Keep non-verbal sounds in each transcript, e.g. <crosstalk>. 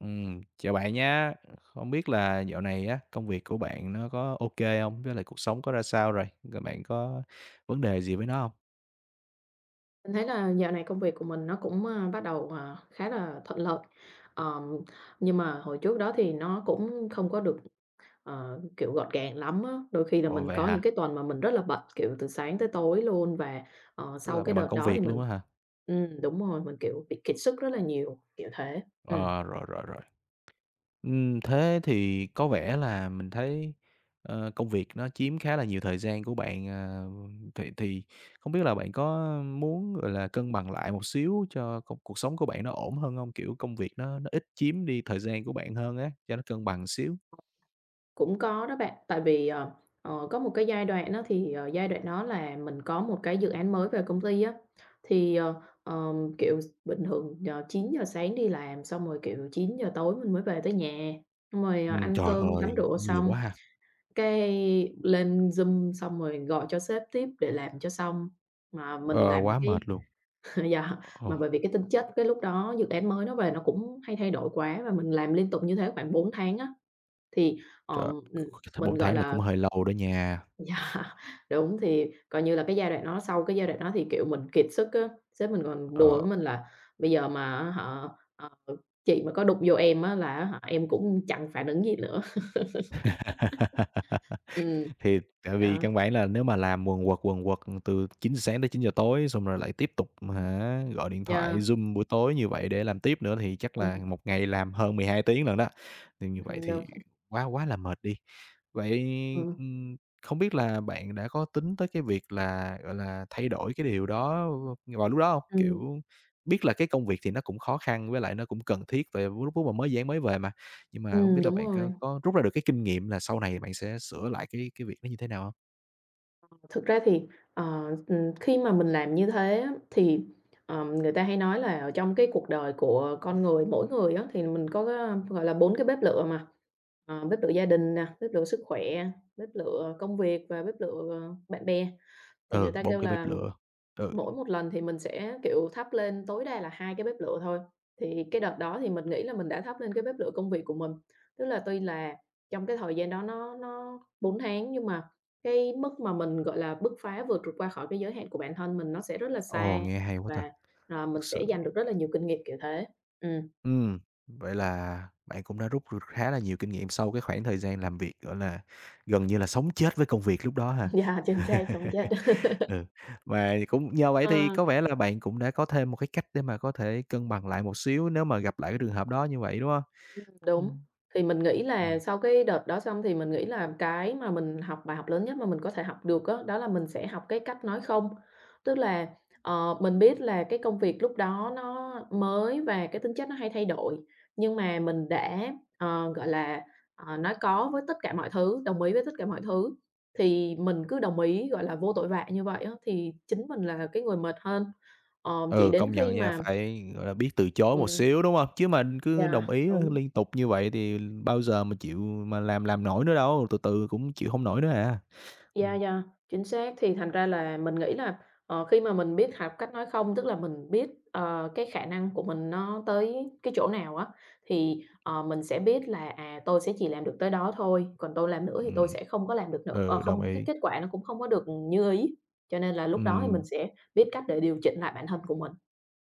Chào bạn nhá. Không biết là dạo này á, công việc của bạn nó có OK không? Với lại cuộc sống có ra sao rồi? Rồi bạn có vấn đề gì với nó không? Mình thấy là dạo này công việc của mình nó cũng, bắt đầu, khá là thuận lợi. Ờm, nhưng mà hồi trước đó thì nó cũng không có được, kiểu, gọn gàng lắm á. Đôi khi là Ồ, mình vậy có những hả? cái tuần mà mình rất là bận, kiểu, từ sáng tới tối luôn và, Tức sau là cái bạn bận đợt công đó thì việc luôn mình á hả? Đúng rồi, mình, kiểu, bị kiệt sức rất là nhiều, kiểu thế. Ừm. Ờ, Rồi, rồi, rồi. Thế thì có vẻ là mình thấy, công việc nó chiếm khá là nhiều thời gian của bạn, thì không biết là bạn có muốn, gọi là, cân bằng lại một xíu cho công cuộc sống của bạn nó ổn hơn không? Kiểu, công việc nó ít chiếm đi thời gian của bạn hơn á, cho nó cân bằng xíu. Cũng có đó bạn, tại vì, có một cái giai đoạn á thì, giai đoạn đó là mình có một cái dự án mới về công ty á, thì, kiểu, bình thường, 9 giờ sáng đi làm xong rồi, kiểu, 9 giờ tối mình mới về tới nhà, xong rồi, ăn Trời cơm, tắm ơi, rửa cũng nhiều xong, quá ha, cái lên Zoom xong rồi gọi cho sếp tiếp để làm cho xong. Mà mình ờ, làm quá cái mệt luôn. <laughs> yeah, Ờ, mà bởi vì cái tính chất cái lúc đó dự án mới nó về nó cũng hay thay đổi quá và mình làm liên tục như thế khoảng 4 tháng á, thì, trời, ờm, ừm, th mình, 4 gọi tháng là là, cũng hơi lâu đó nha, dạ, đúng, thì coi như là cái giai đoạn đó sau cái giai đoạn đó thì, kiểu, mình kiệt sức á, sếp mình còn đùa ờ. với mình là: "Bây giờ mà á hả, ờ, chị mà có đụng vô em á là á hả em cũng chẳng phản ứng gì nữa." <laughs> Ừm, Thì tại vì đó, căn bản là nếu mà làm quần quật từ 9 giờ sáng tới chín giờ tối xong rồi lại tiếp tục hả, gọi điện thoại, yeah, Zoom buổi tối như vậy để làm tiếp nữa thì chắc ừm, là ừm, một ngày làm hơn 12 tiếng lận đó, thì như vậy <laughs> đúng, thì quá quá là mệt đi. Vậy, ừm, ừm, không biết là bạn đã có tính tới cái việc là, gọi là, thay đổi cái điều đó vào lúc đó hông? ừm, Kiểu, biết là cái công việc thì nó cũng khó khăn với lại nó cũng cần thiết về lúc lúc mà mới dự án mới về mà, nhưng mà hông biết là đúng bạn rồi. có rút ra được cái kinh nghiệm là sau này bạn sẽ sửa lại cái việc nó như thế nào hông? Thực ra thì, khi mà mình làm như thế á, thì, người ta hay nói là ở trong cái cuộc đời của con người, mỗi người á, thì mình có cái, gọi là, 4 cái bếp lửa mà, bếp lửa gia đình nè, bếp lửa sức khỏe, bếp lửa công việc và bếp lửa, bạn bè. Thì người Ừ, ta bông kêu cái bếp là lửa. Ừ, mỗi một lần thì mình sẽ, kiểu, thắp lên tối đa là 2 cái bếp lửa thôi. Thì cái đợt đó thì mình nghĩ là mình đã thắp lên cái bếp lửa công việc của mình. Tức là tuy là trong cái thời gian đó nó 4 tháng nhưng mà cái mức mà mình, gọi là, bứt phá vượt trội qua khỏi cái giới hạn của bản thân mình nó sẽ rất là ồ, xa nghe hay quá ta, và, thực mình sự. sẽ giành được rất là nhiều kinh nghiệm kiểu thế. Ừm, Ừm, Vậy là bạn cũng đã rút được khá là nhiều kinh nghiệm sau cái khoảng thời gian làm việc, gọi là, gần như là sống chết với công việc lúc đó ha. <laughs> yeah, chính xác, sống chết. <laughs> <laughs> Ừ, và cũng nhờ vậy thì Ờ, có vẻ là bạn cũng đã có thêm một cái cách để mà có thể cân bằng lại một xíu nếu mà gặp lại cái trường hợp đó như vậy, đúng không? Ừm. đúng, thì mình nghĩ là Ừm, sau cái đợt đó xong thì mình nghĩ là cái mà mình học bài học lớn nhất mà mình có thể học được đó đó là mình sẽ học cái cách nói không. Tức là, mình biết là cái công việc lúc đó nó mới và cái tính chất nó hay thay đổi, nhưng mà mình đã, gọi là, nói có với tất cả mọi thứ, đồng ý với tất cả mọi thứ, thì mình cứ đồng ý, gọi là, vô tội vạ như vậy á, thì chính mình là cái người mệt hơn. Ờ, chỉ ừ, đến công khi nhận nha, mà phải, gọi là, biết từ chối một ừm, xíu, đúng không? Chứ mà cứ đồng yeah, ý đúng. liên tục như vậy thì bao giờ mà chịu mà làm nổi nữa đâu, từ từ cũng chịu không nổi nữa à. Dạ, Ừm, dạ, chính xác. Thì thành ra là mình nghĩ là, khi mà mình biết học cách nói không, tức là mình biết, cái khả năng của mình nó tới cái chỗ nào á, thì, mình sẽ biết là, à, tôi sẽ chỉ làm được tới đó thôi, còn tôi làm nữa thì tôi ừm, sẽ không có làm được nữa, ừ, đồng không cái ý. kết quả nó cũng không có được như ý. Cho nên là lúc đó thì mình Ừm, sẽ biết cách để điều chỉnh lại bản thân của mình.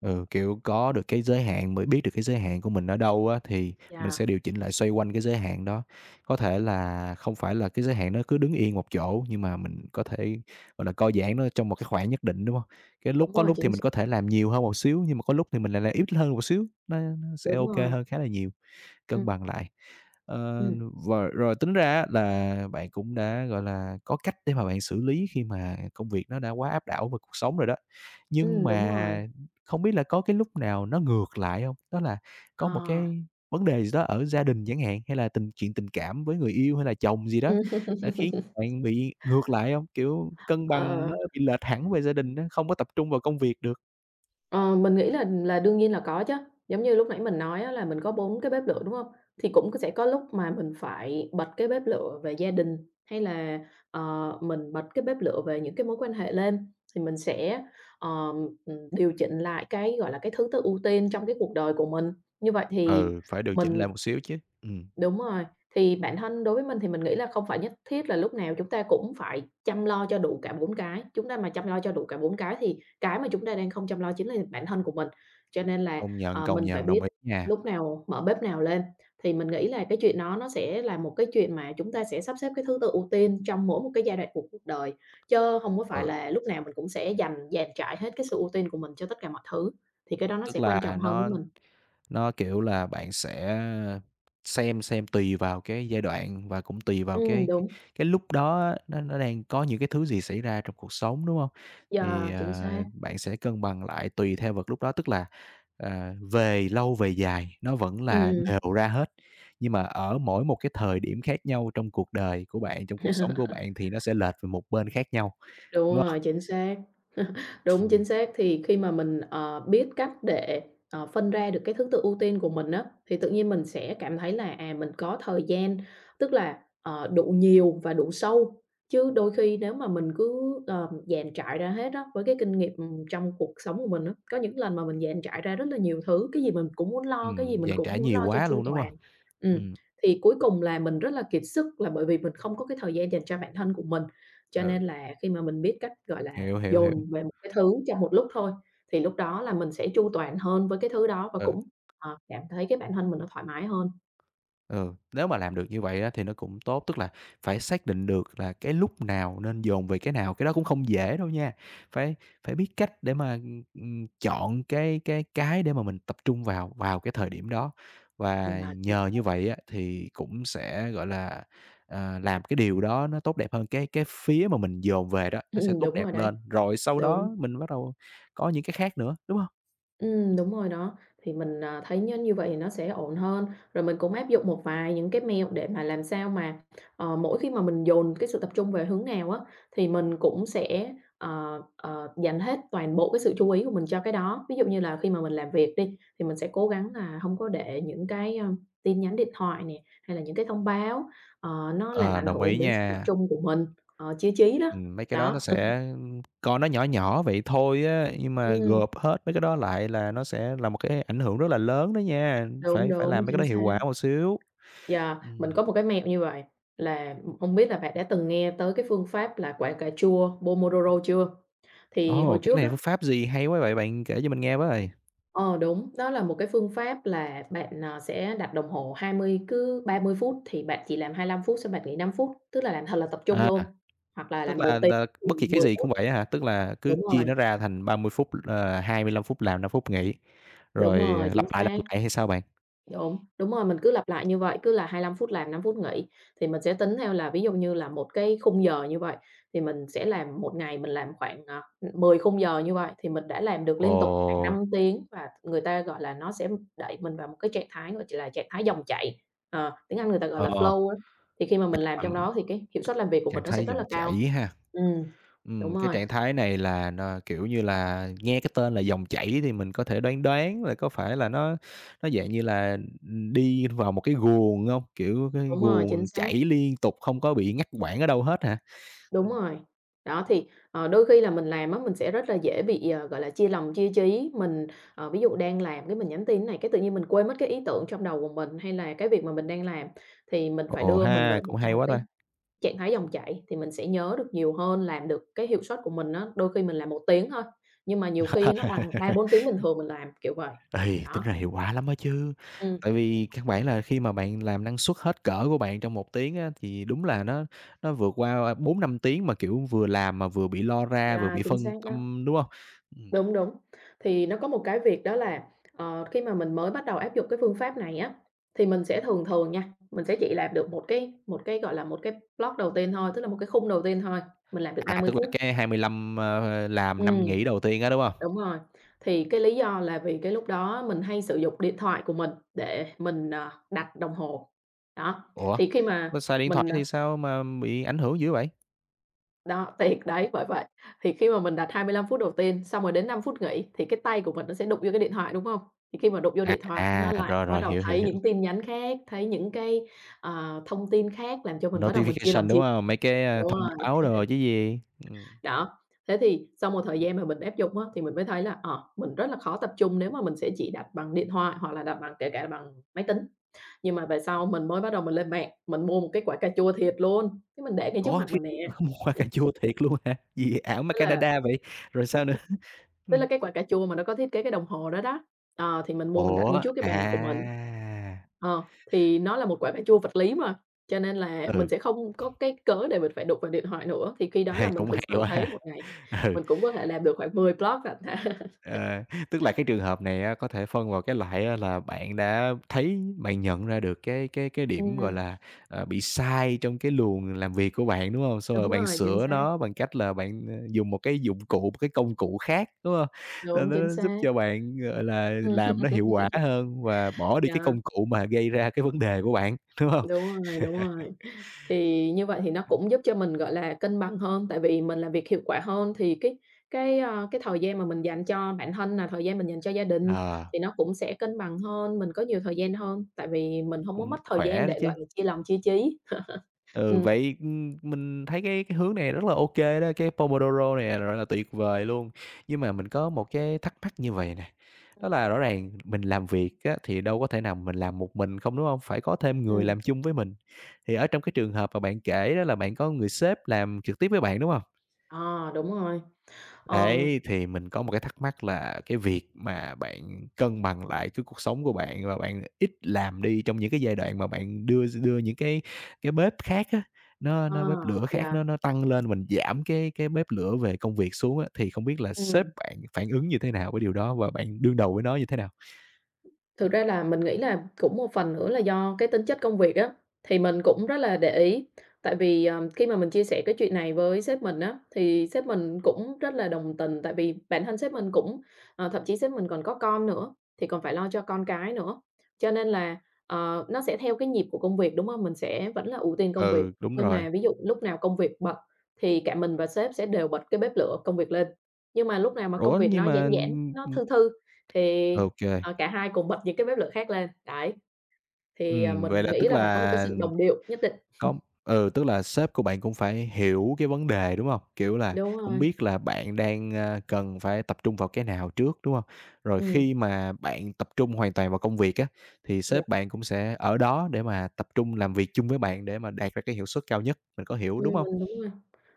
ừ, kiểu, có được cái giới hạn mới biết được cái giới hạn của mình ở đâu á, thì mình sẽ Dạ, điều chỉnh lại xoay quanh cái giới hạn đó. Có thể là không phải là cái giới hạn nó cứ đứng yên một chỗ, nhưng mà mình có thể, gọi là, co giãn nó trong một cái khoảng nhất định, đúng không? Cái lúc đúng có rồi, lúc thì chính xác, mình có thể làm nhiều hơn một xíu, nhưng mà có lúc thì mình lại làm ít hơn một xíu, nó sẽ đúng ok rồi. hơn khá là nhiều, cân Ừm, bằng lại. Ờ, ừm, và rồi tính ra là bạn cũng đã, gọi là, có cách để mà bạn xử lý khi mà công việc nó đã quá áp đảo về cuộc sống rồi đó. Nhưng đúng rồi. mà không biết là có cái lúc nào nó ngược lại không? Đó là Ờ. có một cái vấn đề gì đó ở gia đình chẳng hạn, hay là tình chuyện tình cảm với người yêu hay là chồng gì đó, <laughs> đã khiến bạn bị ngược lại không? Kiểu, cân bằng Ờ, nó bị lệch hẳn về gia đình á, không có tập trung vào công việc được. Ờ, mình nghĩ là đương nhiên là có chứ. Giống như lúc nãy mình nói á là mình có 4 cái bếp lửa, đúng không? Thì cũng sẽ có lúc mà mình phải bật cái bếp lửa về gia đình, hay là, mình bật cái bếp lửa về những cái mối quan hệ lên, thì mình sẽ, ờ, điều chỉnh lại cái, gọi là, cái thứ tự ưu tiên trong cái cuộc đời của mình. Như vậy thì Ừ, phải điều chỉnh mình. lại một xíu chứ. Đúng rồi, thì bản thân đối với mình thì mình nghĩ là không phải nhất thiết là lúc nào chúng ta cũng phải chăm lo cho đủ cả 4 cái. Chúng ta mà chăm lo cho đủ cả 4 cái thì cái mà chúng ta đang không chăm lo chính là bản thân của mình. Cho nên là, Công mình phải nhận, biết đồng ý nha. lúc nào mở bếp nào lên, thì mình nghĩ là cái chuyện đó nó sẽ là một cái chuyện mà chúng ta sẽ sắp xếp cái thứ tự ưu tiên trong mỗi một cái giai đoạn của cuộc đời, chứ không có phải Ừ, là lúc nào mình cũng sẽ dành dàn trải hết cái sự ưu tiên của mình cho tất cả mọi thứ, thì cái đó nó tức sẽ quan trọng là hơn với nó mình. Nó, kiểu là, bạn sẽ xem tùy vào cái giai đoạn và cũng tùy vào cái cái Đúng, cái lúc đó á, nó đang có những cái thứ gì xảy ra trong cuộc sống, đúng không? Thì, giờ chính xác. bạn sẽ cân bằng lại tùy theo vật lúc đó, tức là, về lâu về dài nó vẫn là Ừm, đều ra hết, nhưng mà ở mỗi một cái thời điểm khác nhau trong cuộc đời của bạn, trong cuộc sống của bạn thì nó sẽ lệch về một bên khác nhau, Đúng đúng hông? rồi, chính xác. <laughs> Đúng, chính Ừm, xác. Thì khi mà mình, biết cách để, phân ra được cái thứ tự ưu tiên của mình á, thì tự nhiên mình sẽ cảm thấy là, à, mình có thời gian, tức là, đủ nhiều và đủ sâu. Chứ đôi khi nếu mà mình cứ, dàn trải ra hết á, với cái kinh nghiệm, ừ, trong cuộc sống của mình á, có những lần mà mình dàn trải ra rất là nhiều thứ, cái gì mình cũng muốn lo, cái gì mình dàn cũng trải muốn nhiều lo cho quá chu luôn, đúng toàn. không? Ừm, Ừm, thì cuối cùng là mình rất là kiệt sức là bởi vì mình không có cái thời gian dành cho bản thân của mình. Cho ừ, nên là khi mà mình biết cách, gọi là, hiểu, hiểu, hiểu, dồn về một cái thứ trong một lúc thôi, thì lúc đó là mình sẽ chu toàn hơn với cái thứ đó và ừ. cũng, cảm thấy cái bản thân mình nó thoải mái hơn. Ừ, nếu mà làm được như vậy á thì nó cũng tốt, tức là phải xác định được là cái lúc nào nên dồn về cái nào, cái đó cũng không dễ đâu nha. Phải phải biết cách để mà, chọn cái để mà mình tập trung vào vào cái thời điểm đó. Và À, chính nhờ xác. như vậy á thì cũng sẽ, gọi là, làm cái điều đó nó tốt đẹp hơn, cái phía mà mình dồn về đó Ừm, nó sẽ <laughs> tốt đúng rồi đẹp đấy, lên, rồi sau đó đúng. mình bắt đầu có những cái khác nữa, đúng không? Đúng rồi đó, thì mình, à, thấy nó như vậy thì nó sẽ ổn hơn. Rồi mình cũng áp dụng một vài những cái mẹo để mà làm sao mà, mỗi khi mà mình dồn cái sự tập trung về hướng nào á, thì mình cũng sẽ, dành hết toàn bộ cái sự chú ý của mình cho cái đó. Ví dụ như là khi mà mình làm việc đi, thì mình sẽ cố gắng là không có để những cái, tin nhắn điện thoại nè, hay là những cái thông báo, nó làm Ờ, ảnh đồng hưởng ý đến sự tập nha. trung của mình, chia trí đó. Mấy cái đó nó Đó, sẽ coi nó nhỏ nhỏ vậy thôi á, nhưng mà ừm, gộp hết mấy cái đó lại là nó sẽ là một cái ảnh hưởng rất là lớn đó nha, đúng, phải phải đúng, làm mấy cái chính đó hiệu xác. quả một xíu. Yeah, mình Ừm. có một cái mẹo như vậy là không biết là bạn đã từng nghe tới cái phương pháp là quả cà chua Pomodoro chưa? Thì hồi Ồ, cái trước này á, phương pháp gì hay quá vậy bạn, kể cho mình nghe với. ờ, đúng, đó là một cái phương pháp là bạn, à, sẽ đặt đồng hồ 20 cứ 30 phút thì bạn chỉ làm 25 phút xong bạn nghỉ 5 phút, tức là làm thật là tập trung À, luôn, hoặc là tức làm một tiếng là bất kỳ cái mười gì cũng phút. vậy á hả? Tức là cứ Đúng chia rồi, nó ra thành 30 phút, 25 phút làm, 5 phút nghỉ, đúng rồi, rồi, chính lặp xác. lại hay sao bạn? Đúng, đúng rồi, mình cứ lặp lại như vậy, cứ là 25 phút làm, 5 phút nghỉ, thì mình sẽ tính theo là ví dụ như là một cái khung giờ như vậy, thì mình sẽ làm một ngày mình làm khoảng, à, khung giờ như vậy, thì mình đã làm được Ồ, liên tục khoảng 5 tiếng và người ta, gọi là, nó sẽ đẩy mình vào một cái trạng thái, gọi ch là, trạng thái dòng chảy, tiếng Anh người ta gọi là ờ. flow á, thì khi mà À, mình làm trong đó thì cái hiệu c suất làm việc của mình chẳng nó sẽ thấy rất là dòng cao. chảy ha. Ừm, đúng Cái rồi, trạng thái này là n kiểu như là, nghe cái tên là dòng chảy thì mình có thể đoán đoán là có phải là nó dạng như là, đi vào một cái guồng hông? Kiểu, cái đúng rồi, chính guồng xác. chảy liên tục không có bị ngắt quãng ở đâu hết hả? Đúng Ừm. rồi. Đó, thì, đôi khi là mình làm á, mình sẽ rất là dễ bị, gọi là, chia lòng chia trí. Mình, ví dụ đang làm cái mình nhắn tin này, cái tự nhiên mình quên mất cái ý tưởng trong đầu của mình, hay là cái việc mà mình đang làm, thì mình phải Ồ đưa mình vào ha, cũng trong hay một quá cái ta. trạng thái dòng chảy thì mình sẽ nhớ được nhiều hơn, làm được cái hiệu suất của mình á, đôi khi mình làm 1 tiếng thôi, nhưng mà nhiều khi nó bằng 3-4 tiếng bình thường mình làm, kiểu vậy. Ê, tính Đó, ra hiệu quả lắm á chứ. ừm, Tại vì căn bản là khi mà bạn làm năng suất hết cỡ của bạn trong một tiếng á, thì đúng là nó vượt qua bốn năm tiếng mà, kiểu, vừa làm mà vừa bị lo ra, vừa yeah, bị chính phân xác đó. tâm, đúng hông? Ừm. Đúng, đúng. Thì nó có một cái việc đó là, khi mà mình mới bắt đầu áp dụng cái phương pháp này á, thì mình sẽ thường thường nha, mình sẽ chỉ làm được một cái, gọi là, một cái block đầu tiên thôi, tức là một cái khung đầu tiên thôi, mình làm được À, 30 tức là phút. cái 25, làm Ừm, 5 nghỉ đầu tiên á, đúng hông? đúng rồi. Thì cái lý do là vì cái lúc đó mình hay sử dụng điện thoại của mình để mình, đặt đồng hồ. Đó, Ủa, thì khi mà mà xài điện thoại mình thì sao mà bị ảnh hưởng dữ vậy? đó, thiệt đấy, bởi vậy. Thì khi mà mình đặt 25 phút đầu tiên, xong rồi đến 5 phút nghỉ thì cái tay của mình nó sẽ đụng vô cái điện thoại, đúng hông? Thì khi mà đụng vô À, điện thoại nó à, lại rồi, bắt rồi, đầu hiểu, hiểu, thấy hiểu. những tin nhắn khác, thấy những cái, thông tin khác làm cho mình bắt đầu mình chia lòng Notification, chia đúng hông? Mấy cái, đúng thông rồi, báo đồ chứ gì. Ừm. đó. Thế thì sau một thời gian mà mình áp dụng á, thì mình mới thấy là, mình rất là khó tập trung nếu mà mình sẽ chỉ đặt bằng điện thoại hoặc là đặt bằng kể cả là bằng máy tính. Nhưng mà về sau mình mới bắt đầu mình lên mạng, mình mua một cái quả cà chua thiệt luôn, cái mình để ngay trước Ủa, mặt thế mình nè, mà mua hoa cà chua thiệt luôn hả? Gì ảo ma thế là Canada vậy? Rồi sao nữa? tức là Ừm. cái quả cà chua mà nó có thiết kế cái đồng hồ đó đó, thì mình mua mình đặt Ủa, ngay trước cái à, bàn của mình, ờ, thì nó là một quả cà chua vật lý mà, cho nên là mình ừ, sẽ không có cái cớ để mình phải đụng vào điện thoại nữa, thì khi đó <laughs> là ê, mình cũng thực hay sự quá thấy một ha. ngày Ừ. mình cũng có thể làm được khoảng 10 blog lận ha. Ờ, tức là cái trường hợp này á, có thể phân vào cái loại á là bạn đã thấy bạn nhận ra được cái điểm, Ừm, gọi <laughs> là, bị sai trong cái luồng làm việc của bạn, đúng không? Xong rồi đúng bạn rồi, chính sửa xác, nó bằng cách là bạn, dùng một cái dụng cụ, một cái công cụ khác, đúng không? Nên đúng, nó chính nó giúp xác. cho bạn, gọi là, <laughs> làm Ừm, nó hiệu quả hơn và bỏ đi cái yeah, công cụ mà gây ra cái vấn đề của bạn, đúng không? đúng rồi, đúng rồi. Thì như vậy thì nó cũng giúp cho mình, gọi là, cân bằng hơn, tại vì mình làm việc hiệu quả hơn thì cái thời gian mà mình dành cho bản thân là thời gian mình dành cho gia đình Ờ, thì nó cũng sẽ cân bằng hơn, mình có nhiều thời gian hơn, tại vì mình không có cũng mất thời gian khỏe đấy để, chứ. gọi là, chia lòng chia trí. Ừ, Ừm. vậy, mình thấy cái hướng này rất là ok đó, cái Pomodoro này rất là tuyệt vời luôn. Nhưng mà mình có một cái thắc mắc như vậy nè, đó Ừm. là rõ ràng mình làm việc á, thì đâu có thể nào mình làm một mình không, đúng không? Phải có thêm người ừm, làm chung với mình. Thì ở trong cái trường hợp mà bạn kể đó là bạn có người sếp làm trực tiếp với bạn, đúng không? ờ, Đúng rồi. Ờm, Đấy, thì mình có một cái thắc mắc là cái việc mà bạn cân bằng lại cái cuộc sống của bạn và bạn ít làm đi trong những cái giai đoạn mà bạn đưa đưa những cái bếp khác á, nó ờ, nó bếp lửa khác yeah, nó tăng lên, mình giảm cái bếp lửa về công việc xuống á, thì không biết là sếp ừm. bạn phản ứng như thế nào với điều đó và bạn đương đầu với nó như thế nào? Thực ra là mình nghĩ là cũng một phần nữa là do cái tính chất công việc á, thì mình cũng rất là để ý. Tại vì, khi mà mình chia sẻ cái chuyện này với sếp mình á, thì sếp mình cũng rất là đồng tình, tại vì bản thân sếp mình cũng thậm chí sếp mình còn có con nữa, thì còn phải lo cho con cái nữa. Cho nên là, nó sẽ theo cái nhịp của công việc, đúng không? Mình sẽ vẫn là ưu tiên công việc, Ừ, đúng nhưng rồi. mà ví dụ lúc nào công việc bật thì cả mình và sếp sẽ đều bật cái bếp lửa công việc lên. Nhưng mà lúc nào mà công Ủa, việc nhưng nó giãn mà, giãn, ừm, nó ừm, thư thư thì ờ, cả hai cùng bật những cái bếp lửa khác lên, đấy, thì, mình vậy là nghĩ tức là phải có một cái là sự đồng điệu nhất định. có ừ, tức là sếp của bạn cũng phải hiểu cái vấn đề, đúng hông? Kiểu là, Đúng cũng rồi, biết là bạn đang, cần phải tập trung vào cái nào trước, đúng hông? Rồi ừm, khi mà bạn tập trung hoàn toàn vào công việc á, thì dạ, sếp bạn cũng sẽ ở đó để mà tập trung làm việc chung với bạn để mà đạt ra cái hiệu suất cao nhất, mình có hiểu, đúng hông? mình đúng rồi.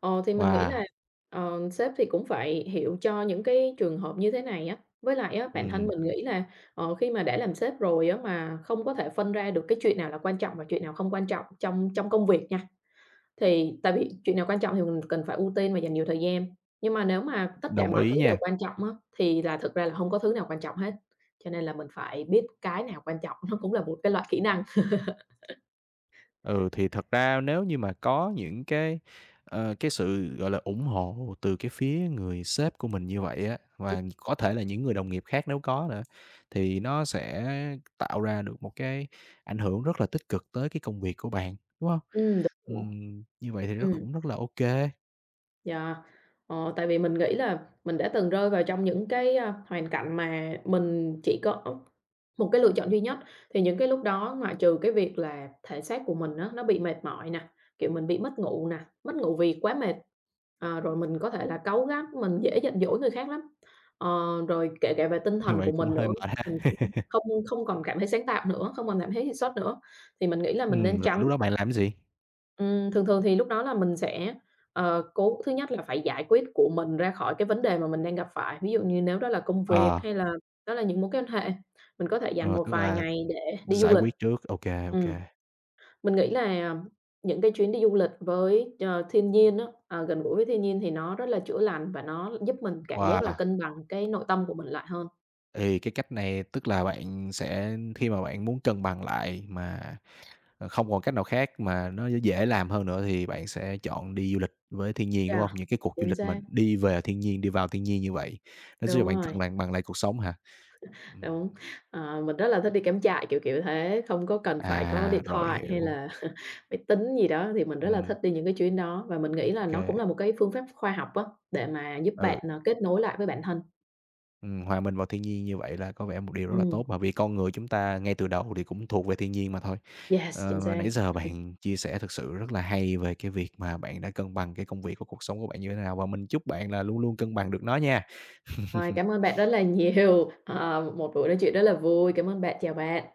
Thì mình nghĩ là, Wow, sếp thì cũng phải hiểu cho những cái trường hợp như thế này á, với lại á, bản thân ừm, mình nghĩ là, khi mà đã làm sếp rồi á, mà không có thể phân ra được cái chuyện nào là quan trọng và chuyện nào không quan trọng trong trong công việc nha, thì tại vì chuyện nào quan trọng thì mình cần phải ưu tiên và dành nhiều thời gian, nhưng mà nếu mà tất cả đồng mọi thứ ý đều nha. quan trọng á, thì là thực ra là hông có thứ nào quan trọng hết, cho nên là mình phải biết cái nào quan trọng, nó cũng là một cái loại kỹ năng. Ừ, thì thật ra nếu như mà có những cái, cái sự, gọi là, ủng hộ từ cái phía người sếp của mình như vậy á, và có thể là những người đồng nghiệp khác nếu có nữa, thì nó sẽ tạo ra được một cái ảnh hưởng rất là tích cực tới cái công việc của bạn, đúng không? Đúng rồi. Như vậy thì rất Ừm. cũng rất là ok. Dạ, tại vì mình nghĩ là mình đã từng rơi vào trong những cái, hoàn cảnh mà mình chỉ có một cái lựa chọn duy nhất, thì những cái lúc đó ngoại trừ cái việc là thể xác của mình á, nó bị mệt mỏi nè, kiểu, mình bị mất ngủ nè, mất ngủ vì quá mệt, rồi mình có thể là cáu gắt, mình dễ giận dỗi người khác lắm. Ờ, Rồi kể cả về tinh <laughs> Như thần của vậy cũng mình nữa, hơi mệt ha. mình cũng <laughs> không không còn cảm thấy sáng tạo nữa, không còn cảm thấy hiệu suất nữa, thì mình nghĩ là mình nên rồi tránh. lúc đó bạn làm cái gì? Thường thường thì lúc đó là mình sẽ, cố thứ nhất là phải giải quyết của mình ra khỏi cái vấn đề mà mình đang gặp phải. Ví dụ như nếu đó là công việc Ờ, hay là đó là những mối quan hệ, mình có thể dành ờ, một tức vài là ngày để đi du giải lịch. quyết trước, ok ok. Ừm, mình nghĩ là những cái chuyến đi du lịch với, thiên nhiên á, à, gần gũi với thiên nhiên thì nó rất là chữa lành và nó giúp mình cảm giác là Wow! cân bằng cái nội tâm của mình lại hơn. Thì cái cách này tức là bạn sẽ khi mà bạn muốn cân bằng lại mà, không còn cách nào khác mà nó dễ làm hơn nữa thì bạn sẽ chọn đi du lịch với thiên nhiên, đúng Dạ không? Những cái cuộc du chính lịch mà xác, đi về thiên nhiên, đi vào thiên nhiên như vậy, nó giúp đúng cho bạn rồi. cân bằng bằng lại cuộc sống hả? Ừm, Đúng, mình rất là thích đi cắm trại, kiểu, kiểu thế, không có cần phải có à, điện rồi thoại hay hiểu, là <laughs> máy tính gì đó, thì mình rất là ừm, thích đi những cái chuyến đó và mình nghĩ là nó ô cũng là một cái phương pháp khoa học á, để mà giúp bạn, ừ. Kết nối lại với bản thân. Hòa mình vào thiên nhiên như vậy là có vẻ một điều rất là tốt, Ừm, bởi vì con người chúng ta ngay từ đầu thì cũng thuộc về thiên nhiên mà thôi. yes, chính Ờ, mà xác. nãy giờ <laughs> bạn chia sẻ thực sự rất là hay về cái việc mà bạn đã cân bằng cái công việc và cuộc sống của bạn như thế nào, và mình chúc bạn là luôn luôn cân bằng được nó nha. Ừ. Rồi, <laughs> cảm ơn bạn rất là nhiều, một buổi nói chuyện rất là vui. Cảm ơn bạn, chào bạn.